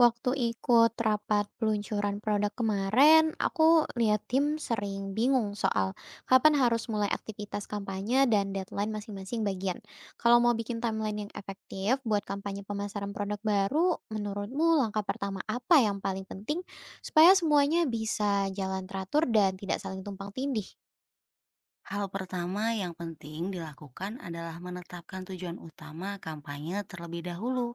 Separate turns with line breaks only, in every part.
Waktu ikut rapat peluncuran produk kemarin, aku lihat tim sering bingung soal kapan harus mulai aktivitas kampanye dan deadline masing-masing bagian. Kalau mau bikin timeline yang efektif buat kampanye pemasaran produk baru, menurutmu langkah pertama apa yang paling penting supaya semuanya bisa jalan teratur dan tidak saling tumpang tindih?
Hal pertama yang penting dilakukan adalah menetapkan tujuan utama kampanye terlebih dahulu,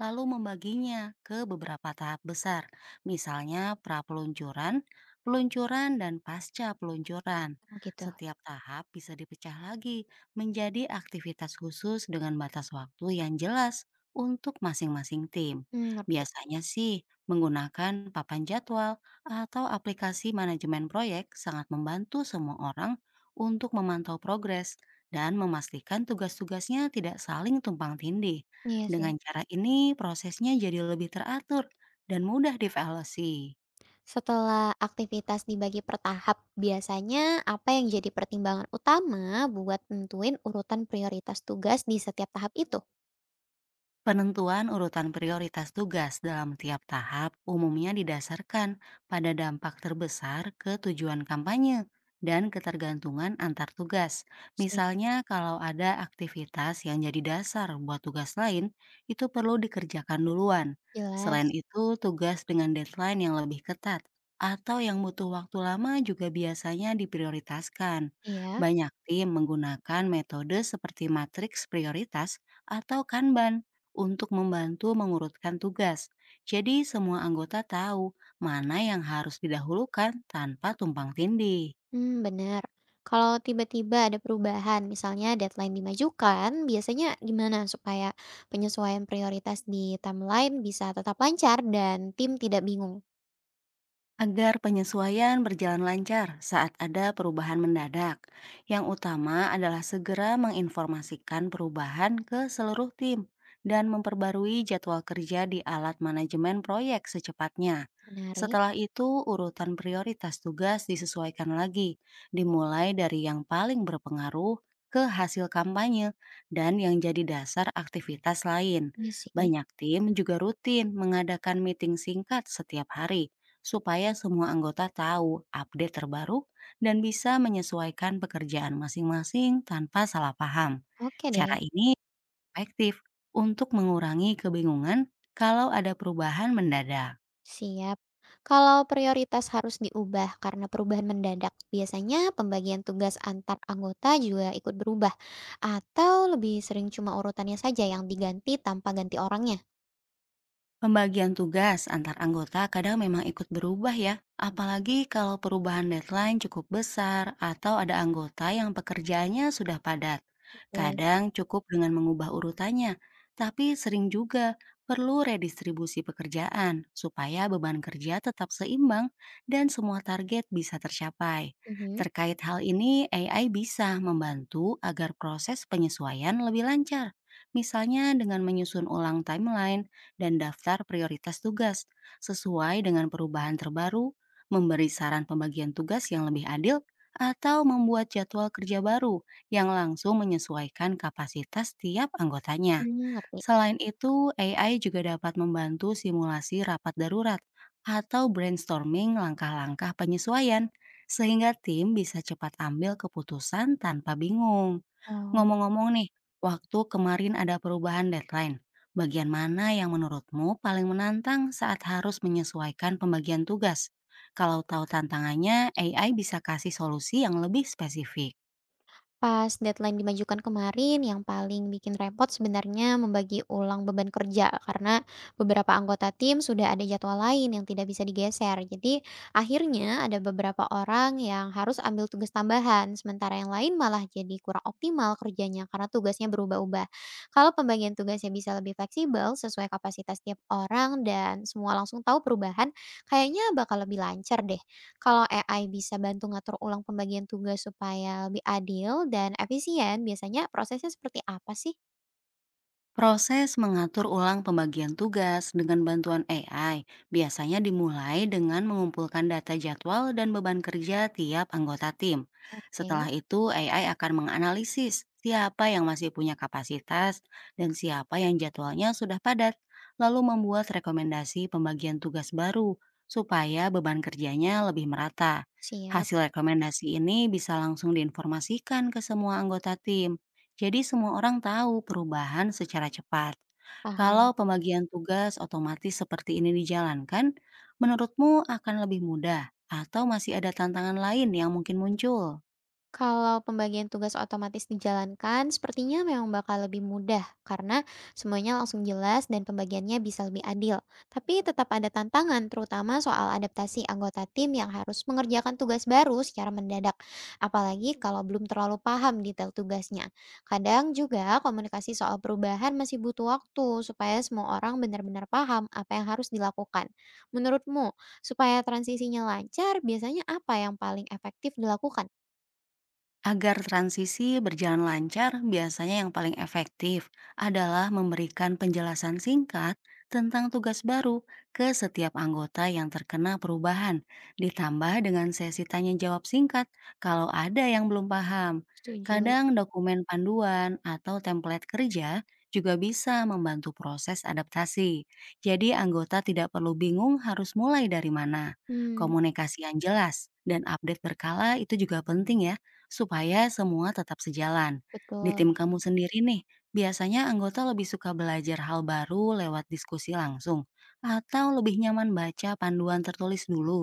lalu membaginya ke beberapa tahap besar, misalnya pra-peluncuran, peluncuran, dan pasca peluncuran.
Oh gitu.
Setiap tahap bisa dipecah lagi menjadi aktivitas khusus dengan batas waktu yang jelas untuk masing-masing tim.
Hmm, ngerti.
Biasanya sih menggunakan papan jadwal atau aplikasi manajemen proyek sangat membantu semua orang untuk memantau progres dan memastikan tugas-tugasnya tidak saling tumpang tindih.
Iya
Dengan
sih.
cara ini, prosesnya jadi lebih teratur dan mudah dievaluasi.
Setelah aktivitas dibagi per tahap, biasanya apa yang jadi pertimbangan utama buat nentuin urutan prioritas tugas di setiap tahap itu?
Penentuan urutan prioritas tugas dalam tiap tahap umumnya didasarkan pada dampak terbesar ke tujuan kampanye dan ketergantungan antar tugas.
Sih.
Misalnya, kalau ada aktivitas yang jadi dasar buat tugas lain, itu perlu dikerjakan duluan. Selain
Jelas.
itu, tugas dengan deadline yang lebih ketat atau yang butuh waktu lama juga biasanya diprioritaskan.
Iya.
Banyak tim menggunakan metode seperti matriks prioritas atau Kanban untuk membantu mengurutkan tugas. Jadi semua anggota tahu mana yang harus didahulukan tanpa tumpang tindih.
Hmm, benar. Kalau tiba-tiba ada perubahan, misalnya deadline dimajukan, biasanya gimana supaya penyesuaian prioritas di timeline bisa tetap lancar dan tim tidak bingung?
Agar penyesuaian berjalan lancar saat ada perubahan mendadak, yang utama adalah segera menginformasikan perubahan ke seluruh tim dan memperbarui jadwal kerja di alat manajemen proyek secepatnya.
Menarik.
Setelah itu, urutan prioritas tugas disesuaikan lagi, dimulai dari yang paling berpengaruh ke hasil kampanye dan yang jadi dasar aktivitas lain.
Iya sih.
Banyak tim juga rutin mengadakan meeting singkat setiap hari supaya semua anggota tahu update terbaru dan bisa menyesuaikan pekerjaan masing-masing tanpa salah paham.
Oke deh.
Cara ini efektif untuk mengurangi kebingungan kalau ada perubahan mendadak.
Siap. Kalau prioritas harus diubah karena perubahan mendadak, biasanya pembagian tugas antar anggota juga ikut berubah, atau lebih sering cuma urutannya saja yang diganti tanpa ganti orangnya.
Pembagian tugas antar anggota kadang memang ikut berubah ya, apalagi kalau perubahan deadline cukup besar atau ada anggota yang pekerjaannya sudah padat.
Betul.
Kadang cukup dengan mengubah urutannya, tapi sering juga perlu redistribusi pekerjaan supaya beban kerja tetap seimbang dan semua target bisa tercapai.
Mhm.
Terkait hal ini, AI bisa membantu agar proses penyesuaian lebih lancar. Misalnya dengan menyusun ulang timeline dan daftar prioritas tugas sesuai dengan perubahan terbaru, memberi saran pembagian tugas yang lebih adil, atau membuat jadwal kerja baru yang langsung menyesuaikan kapasitas tiap anggotanya.
Hmm, ngerti.
Selain itu, AI juga dapat membantu simulasi rapat darurat atau brainstorming langkah-langkah penyesuaian, sehingga tim bisa cepat ambil keputusan tanpa bingung.
Oh.
Ngomong-ngomong nih, waktu kemarin ada perubahan deadline, bagian mana yang menurutmu paling menantang saat harus menyesuaikan pembagian tugas? Kalau tahu tantangannya, AI bisa kasih solusi yang lebih spesifik.
Pas deadline dimajukan kemarin, yang paling bikin repot sebenarnya membagi ulang beban kerja karena beberapa anggota tim sudah ada jadwal lain yang tidak bisa digeser. Jadi, akhirnya ada beberapa orang yang harus ambil tugas tambahan, sementara yang lain malah jadi kurang optimal kerjanya karena tugasnya berubah-ubah. Kalau pembagian tugasnya bisa lebih fleksibel sesuai kapasitas tiap orang dan semua langsung tahu perubahan, kayaknya bakal lebih lancar deh. Kalau AI bisa bantu ngatur ulang pembagian tugas supaya lebih adil dan efisien, biasanya prosesnya seperti apa sih?
Proses mengatur ulang pembagian tugas dengan bantuan AI biasanya dimulai dengan mengumpulkan data jadwal dan beban kerja tiap anggota tim.
Oke,
Setelah itu, AI akan menganalisis siapa yang masih punya kapasitas dan siapa yang jadwalnya sudah padat, lalu membuat rekomendasi pembagian tugas baru supaya beban kerjanya lebih merata.
siap,
Hasil rekomendasi ini bisa langsung diinformasikan ke semua anggota tim. Jadi semua orang tahu perubahan secara cepat. Kalau
paham.
pembagian tugas otomatis seperti ini dijalankan, menurutmu akan lebih mudah atau masih ada tantangan lain yang mungkin muncul?
Kalau pembagian tugas otomatis dijalankan, sepertinya memang bakal lebih mudah karena semuanya langsung jelas dan pembagiannya bisa lebih adil. Tapi tetap ada tantangan, terutama soal adaptasi anggota tim yang harus mengerjakan tugas baru secara mendadak, apalagi kalau belum terlalu paham detail tugasnya. Kadang juga komunikasi soal perubahan masih butuh waktu supaya semua orang benar-benar paham apa yang harus dilakukan. Menurutmu, supaya transisinya lancar, biasanya apa yang paling efektif dilakukan?
Agar transisi berjalan lancar, biasanya yang paling efektif adalah memberikan penjelasan singkat tentang tugas baru ke setiap anggota yang terkena perubahan, ditambah dengan sesi tanya jawab singkat kalau ada yang belum paham.
Setuju.
Kadang dokumen panduan atau template kerja juga bisa membantu proses adaptasi. Jadi anggota tidak perlu bingung harus mulai dari mana.
Mmm,
Komunikasi yang jelas dan update berkala itu juga penting ya supaya semua tetap sejalan. Di
betul.
tim kamu sendiri nih, biasanya anggota lebih suka belajar hal baru lewat diskusi langsung, atau lebih nyaman baca panduan tertulis dulu?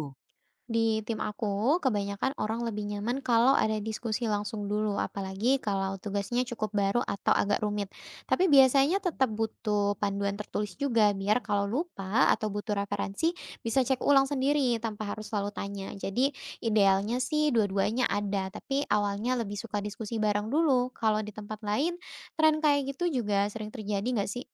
Di tim aku kebanyakan orang lebih nyaman kalau ada diskusi langsung dulu, apalagi kalau tugasnya cukup baru atau agak rumit. Tapi biasanya tetap butuh panduan tertulis juga biar kalau lupa atau butuh referensi bisa cek ulang sendiri tanpa harus selalu tanya. Jadi idealnya sih dua-duanya ada, tapi awalnya lebih suka diskusi bareng dulu. Kalau di tempat lain tren kayak gitu juga sering terjadi nggak sih?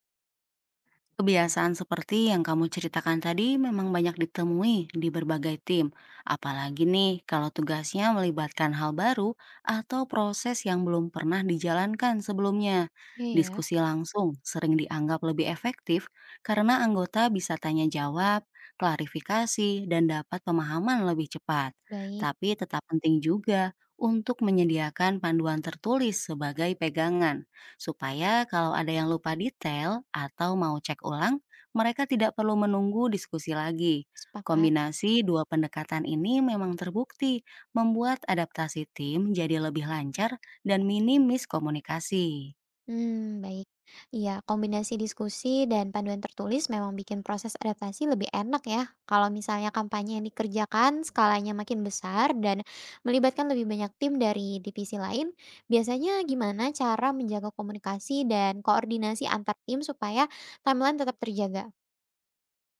Kebiasaan seperti yang kamu ceritakan tadi memang banyak ditemui di berbagai tim, apalagi nih kalau tugasnya melibatkan hal baru atau proses yang belum pernah dijalankan sebelumnya.
Iya ya,
Diskusi langsung sering dianggap lebih efektif karena anggota bisa tanya jawab, klarifikasi, dan dapat pemahaman lebih cepat.
baik,
Tapi tetap penting juga untuk menyediakan panduan tertulis sebagai pegangan supaya kalau ada yang lupa detail atau mau cek ulang, mereka tidak perlu menunggu diskusi lagi.
sepakat.
Kombinasi dua pendekatan ini memang terbukti membuat adaptasi tim jadi lebih lancar dan minim miskomunikasi.
Hmm, baik. Iya, kombinasi diskusi dan panduan tertulis memang bikin proses adaptasi lebih enak ya. Kalau misalnya kampanye yang dikerjakan skalanya makin besar dan melibatkan lebih banyak tim dari divisi lain, biasanya gimana cara menjaga komunikasi dan koordinasi antar tim supaya timeline tetap terjaga?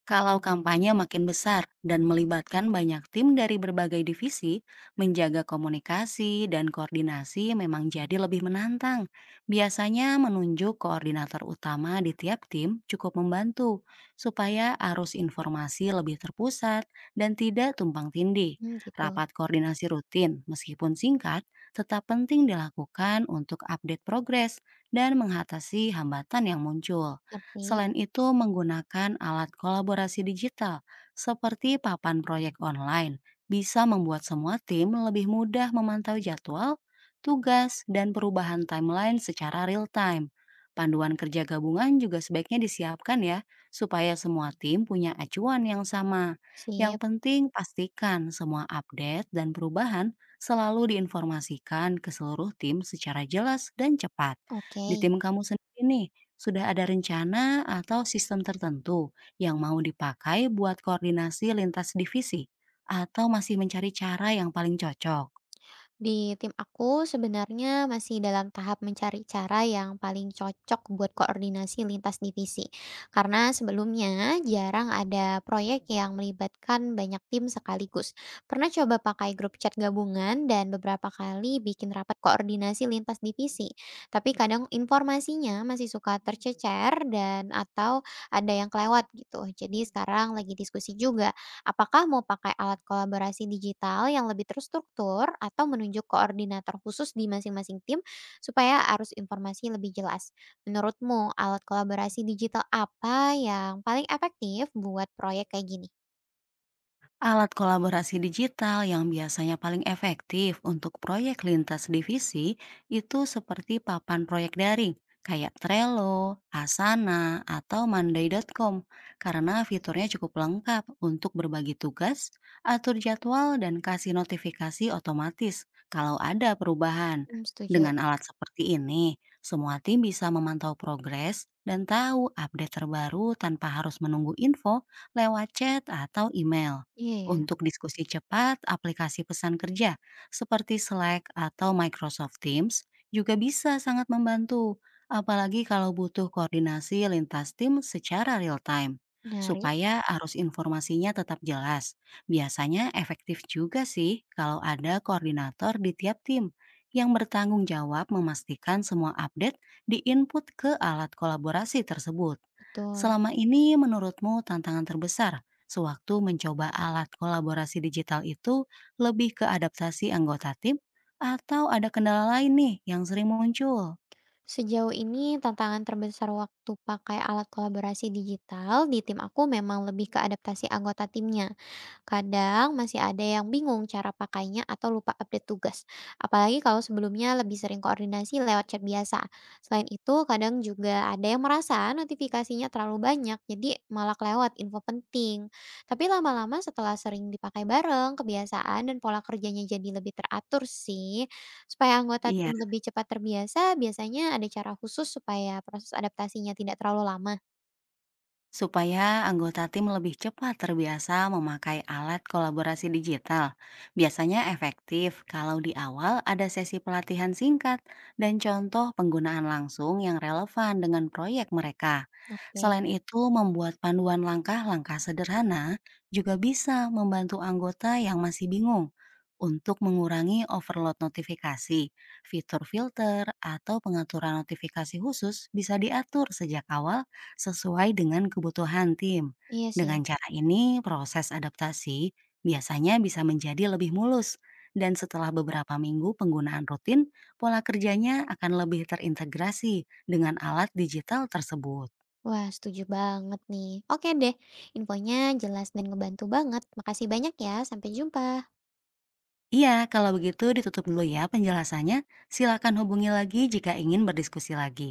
Kalau kampanye makin besar dan melibatkan banyak tim dari berbagai divisi, menjaga komunikasi dan koordinasi memang jadi lebih menantang. Biasanya menunjuk koordinator utama di tiap tim cukup membantu supaya arus informasi lebih terpusat dan tidak tumpang tindih.
Hmm, gitu.
Rapat koordinasi rutin, meskipun singkat, tetap penting dilakukan untuk update progres dan mengatasi hambatan yang muncul.
Ngerti.
Selain itu, menggunakan alat kolaborasi digital seperti papan proyek online bisa membuat semua tim lebih mudah memantau jadwal, tugas, dan perubahan timeline secara real time. Panduan kerja gabungan juga sebaiknya disiapkan ya, supaya semua tim punya acuan yang sama. Yang
Sip.
penting pastikan semua update dan perubahan selalu diinformasikan ke seluruh tim secara jelas dan cepat.
Oke.
Di tim kamu sendiri nih, sudah ada rencana atau sistem tertentu yang mau dipakai buat koordinasi lintas divisi? Atau masih mencari cara yang paling cocok?
Di tim aku sebenarnya masih dalam tahap mencari cara yang paling cocok buat koordinasi lintas divisi. Karena sebelumnya jarang ada proyek yang melibatkan banyak tim sekaligus. Pernah coba pakai grup chat gabungan dan beberapa kali bikin rapat koordinasi lintas divisi. Tapi kadang informasinya masih suka tercecer dan atau ada yang kelewat gitu. Jadi sekarang lagi diskusi juga, apakah mau pakai alat kolaborasi digital yang lebih terstruktur atau menunjuk koordinator khusus di masing-masing tim supaya arus informasi lebih jelas? Menurutmu alat kolaborasi digital apa yang paling efektif buat proyek kayak gini?
Alat kolaborasi digital yang biasanya paling efektif untuk proyek lintas divisi itu seperti papan proyek daring, kayak Trello, Asana, atau Monday.com, karena fiturnya cukup lengkap untuk berbagi tugas, atur jadwal, dan kasih notifikasi otomatis kalau ada perubahan.
Hmm, setuju.
Dengan alat seperti ini, semua tim bisa memantau progres dan tahu update terbaru tanpa harus menunggu info lewat chat atau email.
Iya ya,
Untuk diskusi cepat, aplikasi pesan kerja seperti Slack atau Microsoft Teams juga bisa sangat membantu, apalagi kalau butuh koordinasi lintas tim secara real time.
menarik.
Supaya arus informasinya tetap jelas, biasanya efektif juga sih kalau ada koordinator di tiap tim yang bertanggung jawab memastikan semua update diinput ke alat kolaborasi tersebut.
Betul.
Selama ini, menurutmu tantangan terbesar sewaktu mencoba alat kolaborasi digital itu, lebih ke adaptasi anggota tim atau ada kendala lain nih yang sering muncul?
Sejauh ini tantangan terbesar waktu pakai alat kolaborasi digital di tim aku memang lebih ke adaptasi anggota timnya. Kadang masih ada yang bingung cara pakainya atau lupa update tugas. Apalagi kalau sebelumnya lebih sering koordinasi lewat chat biasa. Selain itu, kadang juga ada yang merasa notifikasinya terlalu banyak, jadi malah kelewat info penting. Tapi lama-lama setelah sering dipakai bareng, kebiasaan dan pola kerjanya jadi lebih teratur sih. Supaya anggota
Iya.
tim lebih cepat terbiasa, biasanya ada cara khusus supaya proses adaptasinya tidak terlalu lama.
Supaya anggota tim lebih cepat terbiasa memakai alat kolaborasi digital, biasanya efektif kalau di awal ada sesi pelatihan singkat dan contoh penggunaan langsung yang relevan dengan proyek mereka.
Oke,
Selain itu, membuat panduan langkah-langkah sederhana juga bisa membantu anggota yang masih bingung untuk mengurangi overload notifikasi. Fitur filter atau pengaturan notifikasi khusus bisa diatur sejak awal sesuai dengan kebutuhan tim.
iya sih.
Dengan cara ini, proses adaptasi biasanya bisa menjadi lebih mulus, dan setelah beberapa minggu penggunaan rutin, pola kerjanya akan lebih terintegrasi dengan alat digital tersebut.
Wah, setuju banget nih. Oke deh, infonya jelas dan ngebantu banget. Makasih banyak ya, sampai jumpa.
Iya, kalau begitu ditutup dulu ya penjelasannya. Silakan hubungi lagi jika ingin berdiskusi lagi.